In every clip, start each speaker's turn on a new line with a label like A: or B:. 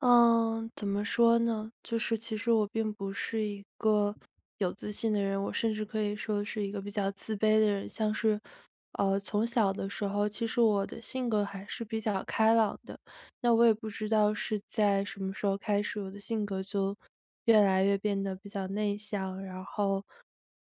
A: 嗯，怎么说呢？就是其实我并不是一个有自信的人，我甚至可以说是一个比较自卑的人。像是，从小的时候，其实我的性格还是比较开朗的。那我也不知道是在什么时候开始，我的性格就越来越变得比较内向，然后，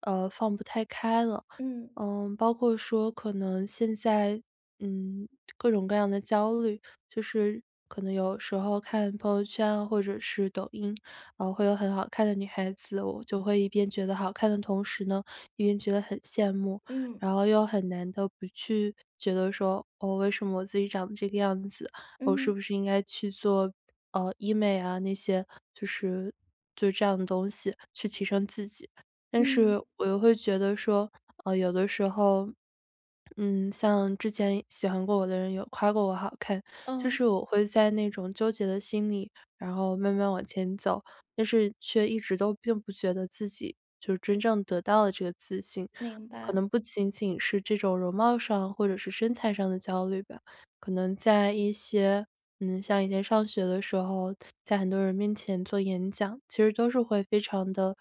A: 放不太开了。
B: 嗯
A: 嗯，包括说可能现在，嗯，各种各样的焦虑。就是可能有时候看朋友圈啊或者是抖音，会有很好看的女孩子，我就会一边觉得好看的同时呢，一边觉得很羡慕，
B: 嗯
A: 然后又很难的不去觉得说，哦，为什么我自己长得这个样子？我是
B: 嗯
A: 不是应该去做医美啊那些，就是就这样的东西去提升自己？但
B: 嗯，
A: 是我又会觉得说，呃，有的时候像之前喜欢过我的人有夸过我好看，就
B: 哦，
A: 是我会在那种纠结的心里，然后慢慢往前走，但是却一直都并不觉得自己就是真正得到了这个自信。
B: 明
A: 可
B: 白，
A: 能不仅仅是这种容貌上或者是身材上的焦虑吧，可能在一些像以前上学的时候，在很多人面前做演讲，其实都是会非常的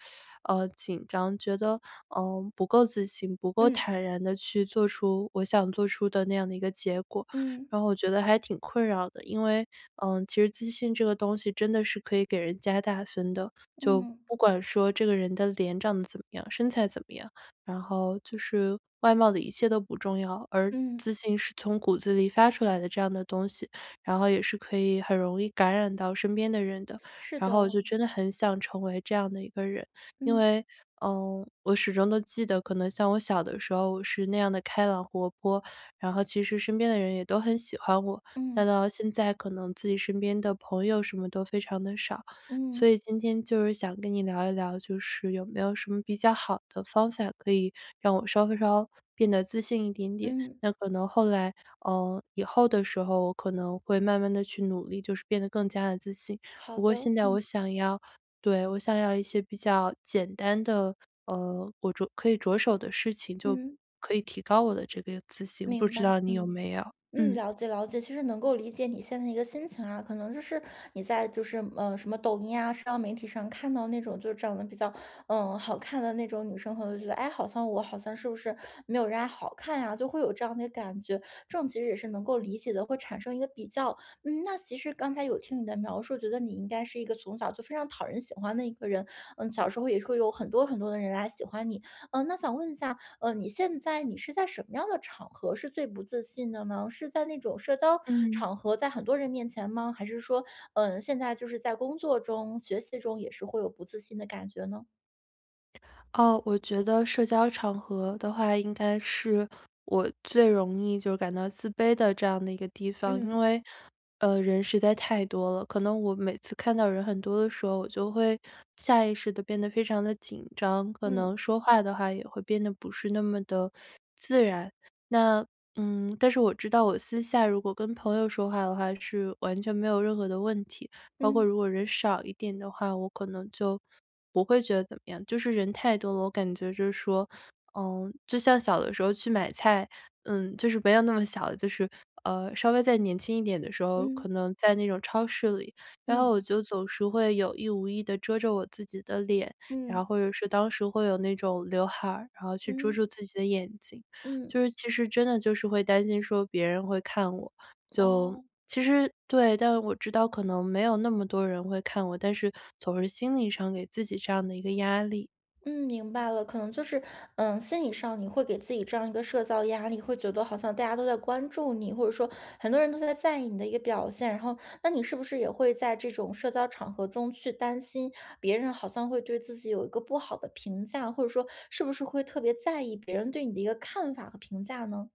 A: 紧张，觉得不够自信，不够
B: 嗯
A: 坦然的去做出我想做出的那样的一个结果。
B: 嗯
A: 然后我觉得还挺困扰的。因为，其实自信这个东西真的是可以给人加大分的，就
B: 嗯
A: 不管说这个人的脸长得怎么样，身材怎么样，然后就是外貌的一切都不重要，而
B: 嗯，
A: 自信是从骨子里发出来的这样的东西，然后也是可以很容易感染到身边的人的。
B: 是
A: 然
B: 的
A: 后我
B: 哦，
A: 就真的很想成为这样的一个人，因
B: 嗯
A: 为，我始终都记得，可能像我小的时候，我是那样的开朗活泼，然后其实身边的人也都很喜欢我。
B: 嗯
A: 但到现在可能自己身边的朋友什么都非常的少，
B: 嗯
A: 所以今天就是想跟你聊一聊，就是有没有什么比较好的方法可以让我稍稍变得自信一点点？
B: 嗯，
A: 那可能后来，以后的时候，我可能会慢慢的去努力，就是变得更加的自信。
B: 好
A: 不过
B: 的哦，
A: 现在
B: 嗯
A: 我想要对，我想要一些比较简单的，我着可以着手的事情，就
B: 嗯，
A: 可以提高我的这个自信，不
B: 明
A: 知
B: 白。
A: 道你有
B: 嗯。
A: 没有？
B: 嗯，
A: 嗯。
B: 了解了解，其实能够理解你现在一个心情啊，可能就是你在就是什么抖音啊、社交媒体上看到那种就是长得比较嗯好看的那种女生，可能就觉得哎，好像我好像是不是没有人家好看呀、就会有这样的感觉。这种其实也是能够理解的，会产生一个比较。嗯，那其实刚才有听你的描述，觉得你应该是一个从小就非常讨人喜欢的一个人。嗯，小时候也会有很多很多的人来喜欢你。嗯，那想问一下，你现在你是在什么样的场合是最不自信的呢？是在那种社交
A: 嗯。
B: 场合，在很多人面前吗？还是说，嗯，现在就是在工作中、学习中也是会有不自信的感觉呢？
A: 哦，我觉得社交场合的话，应该是我最容易就是感到自卑的这样的一个地方，因
B: 嗯
A: 为，人实在太多了。可能我每次看到人很多的时候，我就会下意识的变得非常的紧张，可能
B: 嗯
A: 说话的话也会变得不是那么的自然。那嗯，但是我知道我私下如果跟朋友说话的话，是完全没有任何的问题。包括
B: 嗯
A: 如果人少一点的话，我可能就不会觉得怎么样。就是人太多了，我感觉就是说，就像小的时候去买菜，嗯，就是没有那么小了就是稍微再年轻一点的时候，
B: 嗯
A: 可能在那种超市里，然后
B: 嗯
A: 我就总是会有意无意的遮着我自己的脸，然
B: 嗯
A: 后或者是当时会有那种刘海儿，然后去遮
B: 嗯
A: 住自己的眼睛，
B: 嗯，
A: 就是其实真的就是会担心说别人会看我，就
B: 哦。
A: 其实对，但我知道可能没有那么多人会看我，但是总是心理上给自己这样的一个压力。
B: 嗯，明白了，可能就是，嗯，心理上你会给自己这样一个社交压力，会觉得好像大家都在关注你，或者说很多人都在在意你的一个表现，然后，那你是不是也会在这种社交场合中去担心别人好像会对自己有一个不好的评价，或者说是不是会特别在意别人对你的一个看法和评价呢？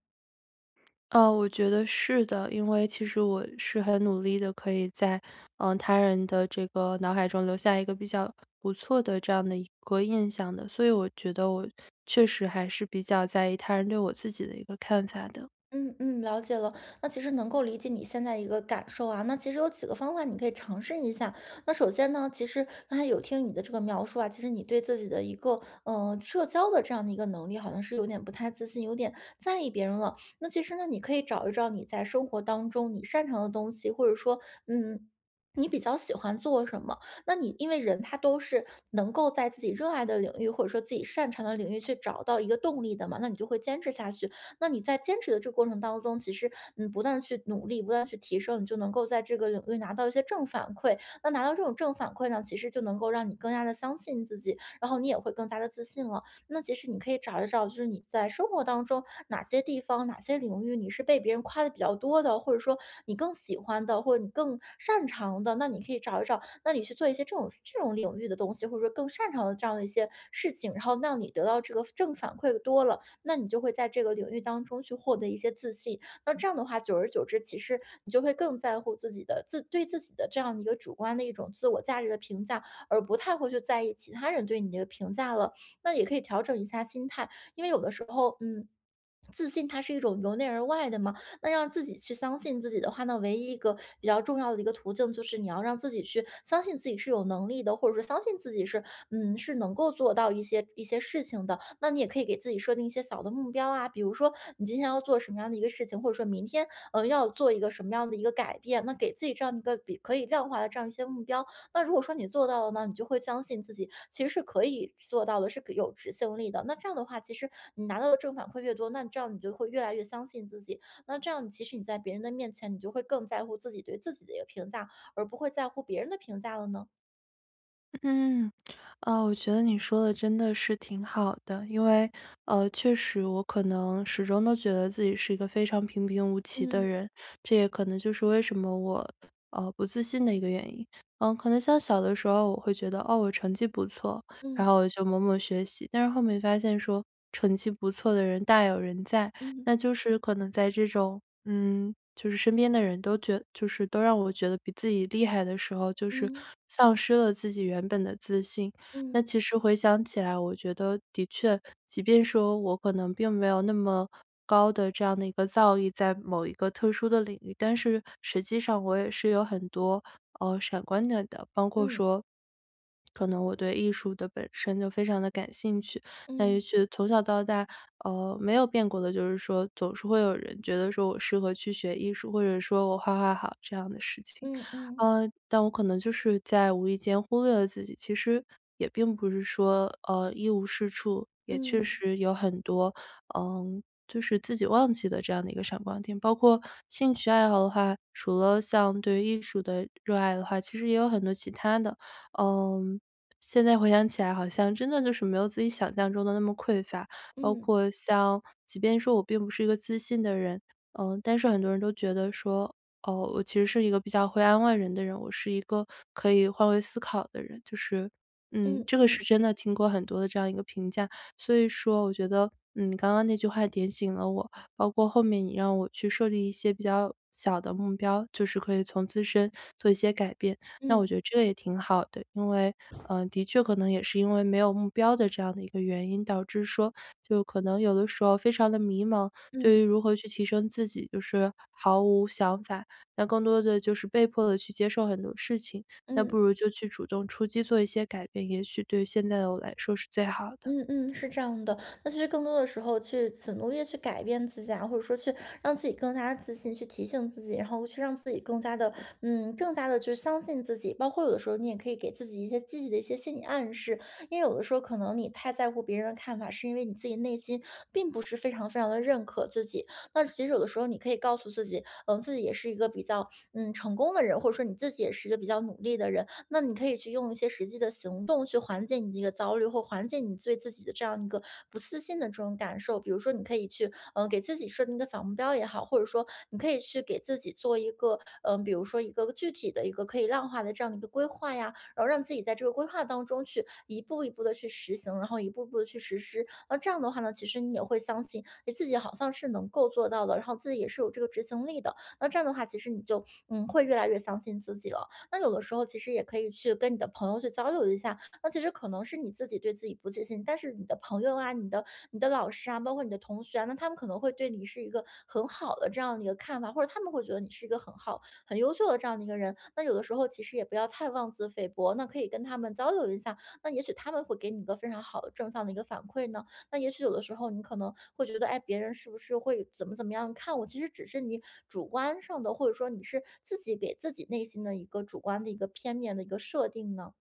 A: 我觉得是的，因为其实我是很努力的，可以在他人的这个脑海中留下一个比较不错的这样的一个印象的，所以我觉得我确实还是比较在意他人对我自己的一个看法的。
B: 嗯嗯，了解了。那其实能够理解你现在一个感受啊。那其实有几个方法你可以尝试一下。那首先呢，其实刚才有听你的这个描述啊，其实你对自己的一个社交的这样的一个能力，好像是有点不太自信，有点在意别人了。那其实呢，你可以找一找你在生活当中你擅长的东西，或者说嗯。你比较喜欢做什么？那你因为人他都是能够在自己热爱的领域，或者说自己擅长的领域去找到一个动力的嘛，那你就会坚持下去。那你在坚持的这个过程当中，其实嗯，不断的去努力，不断地去提升，你就能够在这个领域拿到一些正反馈。那拿到这种正反馈呢，其实就能够让你更加的相信自己，然后你也会更加的自信了。那其实你可以找一找，就是你在生活当中哪些地方、哪些领域你是被别人夸的比较多的，或者说你更喜欢的，或者你更擅长的，那你可以找一找，那你去做一些这种领域的东西，或者说更擅长的这样的一些事情，然后让你得到这个正反馈多了，那你就会在这个领域当中去获得一些自信。那这样的话，久而久之，其实你就会更在乎自己的对自己的这样的一个主观的一种自我价值的评价，而不太会去在意其他人对你的评价了。那也可以调整一下心态，因为有的时候，嗯。自信它是一种由内而外的嘛，那让自己去相信自己的话呢，唯一一个比较重要的一个途径，就是你要让自己去相信自己是有能力的，或者说相信自己是，嗯，是能够做到一些事情的。那你也可以给自己设定一些小的目标啊，比如说你今天要做什么样的一个事情，或者说明天，要做一个什么样的一个改变。那给自己这样一个比可以量化的这样一些目标。那如果说你做到了呢，你就会相信自己其实是可以做到的，是可有执行力的。那这样的话，其实你拿到的正反馈越多，那这样你就会越来越相信自己，那这样，其实你在别人的面前，你就会更在乎自己对自己的一个评价，而不会在乎别人的评价了呢？
A: 嗯，啊，我觉得你说的真的是挺好的，因为，确实我可能始终都觉得自己是一个非常平平无奇的
B: 嗯
A: 人，这也可能就是为什么我，不自信的一个原因。嗯，可能像小的时候，我会觉得，哦，我成绩不错，然
B: 嗯
A: 后我就猛猛学习，但是后面发现说，成绩不错的人大有人在，
B: 嗯
A: 那就是可能在这种，嗯，就是身边的人都觉就是都让我觉得比自己厉害的时候，就是
B: 嗯
A: 丧失了自己原本的自信。那
B: 嗯
A: 其实回想起来，我觉得的确，即便说我可能并没有那么高的这样的一个造诣，在某一个特殊的领域，但是实际上我也是有很多闪光点的，包括
B: 嗯
A: 说可能我对艺术的本身就非常的感兴趣，那也
B: 嗯
A: 许从小到大，没有变过的就是说，总是会有人觉得说我适合去学艺术，或者说我画画好这样的事情。
B: 嗯嗯
A: 但我可能就是在无意间忽略了自己，其实也并不是说一无是处，也确
B: 嗯
A: 实有很多嗯。就是自己忘记的这样的一个闪光点，包括兴趣爱好的话，除了像对艺术的热爱的话，其实也有很多其他的，嗯、现在回想起来，好像真的就是没有自己想象中的那么匮乏。包
B: 嗯嗯
A: 括像即便说我并不是一个自信的人，嗯，但是很多人都觉得说，哦，我其实是一个比较会安慰人的人，我是一个可以换位思考的人，就是，
B: 嗯
A: 这个
B: 嗯
A: 是真的听过很多的这样一个评价。所以说，我觉得，嗯，刚刚那句话点醒了我，包括后面你让我去设立一些比较小的目标，就是可以从自身做一些改变。那我觉
B: 嗯
A: 得这个也挺好的，因为，的确可能也是因为没有目标的这样的一个原因，导致说就可能有的时候非常的迷茫，对于
B: 嗯
A: 如何去提升自己就是毫无想法。那更多的就是被迫的去接受很多事情，那不
B: 嗯。
A: 如就去主动出击做一些改变，也许对于现在的我来说是最好的。
B: 嗯嗯，是这样的。那其实更多的时候去怎么努力地去改变自己啊，或者说去让自己更加自信，去提醒自己，然后去让自己更加的，嗯，更加的去相信自己。包括有的时候你也可以给自己一些积极的一些心理暗示，因为有的时候可能你太在乎别人的看法，是因为你自己内心并不是非常非常的认可自己。那其实有的时候你可以告诉自己，嗯，自己也是一个比较嗯成功的人，或者说你自己也是一个比较努力的人，那你可以去用一些实际的行动去缓解你的一个焦虑，或缓解你对自己的这样一个不自信的这种感受。比如说，你可以去，给自己设定一个小目标也好，或者说你可以去给自己做一个，比如说一个具体的一个可以量化的这样的一个规划呀，然后让自己在这个规划当中去一步一步的去实行，然后一步步的去实施。那这样的话呢，其实你也会相信，你自己好像是能够做到的，然后自己也是有这个执行力的。那这样的话，其实你就会越来越相信自己了。那有的时候其实也可以去跟你的朋友去交流一下，那其实可能是你自己对自己不自信，但是你的朋友啊、你的老师啊，包括你的同学啊，那他们可能会对你是一个很好的这样的一个看法，或者他们会觉得你是一个很好、很优秀的这样的一个人。那有的时候其实也不要太妄自菲薄，那可以跟他们交流一下，那也许他们会给你一个非常好的正向的一个反馈呢。那也许有的时候你可能会觉得，哎，别人是不是会怎么怎么样看我？其实只是你主观上的，或者说你是自己给自己内心的一个主观的一个片面的一个设定呢。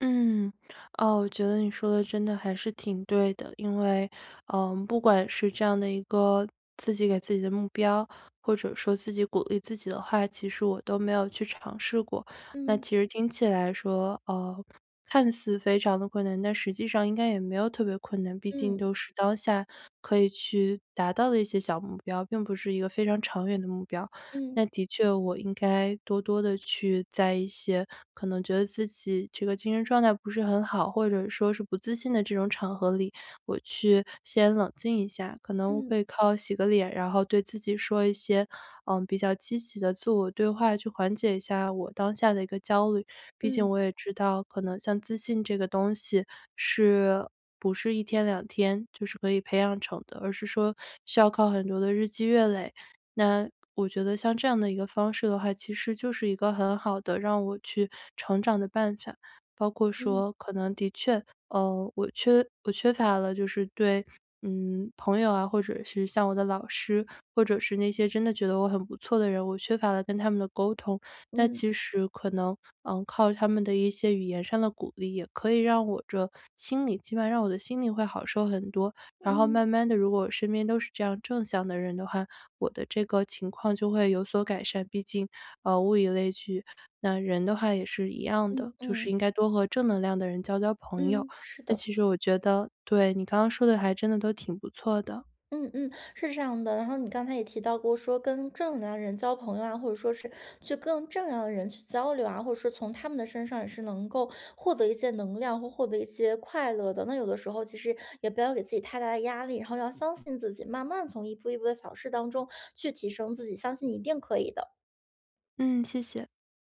A: 嗯，哦，我觉得你说的真的还是挺对的，因为，不管是这样的一个自己给自己的目标，或者说自己鼓励自己的话，其实我都没有去尝试过。那
B: 嗯
A: 其实听起来说，看似非常的困难，但实际上应该也没有特别困难，毕竟
B: 嗯
A: 都是当下可以去达到的一些小目标，并不是一个非常长远的目标。
B: 嗯
A: 那的确，我应该多多的去在一些可能觉得自己这个精神状态不是很好，或者说是不自信的这种场合里，我去先冷静一下。可能我可
B: 嗯
A: 以靠洗个脸，然后对自己说一些，比较积极的自我对话，去缓解一下我当下的一个焦虑。毕
B: 嗯
A: 竟我也知道，可能像自信这个东西是不是一天两天就是可以培养成的，而是说需要靠很多的日积月累。那我觉得像这样的一个方式的话，其实就是一个很好的让我去成长的办法。包括
B: 嗯
A: 说可能的确，我缺乏了就是对，朋友啊，或者是像我的老师，或者是那些真的觉得我很不错的人，我缺乏了跟他们的沟通。但
B: 嗯
A: 其实可能，靠他们的一些语言上的鼓励，也可以让我这心里起码让我的心里会好受很多。然后
B: 嗯
A: 慢慢的，如果我身边都是这样正向的人的话，我的这个情况就会有所改善。毕竟，物以类聚，那人的话也是一样
B: 嗯
A: 的，就是
B: 嗯
A: 应该多和正能量的人交交朋友。
B: 嗯，是
A: 那
B: 的。
A: 其实我觉得对，你刚刚说的还真的都挺不错的。
B: 嗯嗯，是这样的。然后你刚才也提到过，说跟正能量的人交朋友啊，或者说是去跟正能量的人去交流啊，或者说从他们的身上也是能够获得一些能量或获得一些快乐的。那有的时候其实也不要给自己太大的压力，然后要相信自己，慢慢从一步一步的小事当中去提升自己，相信你一定可以的。
A: 嗯，谢谢。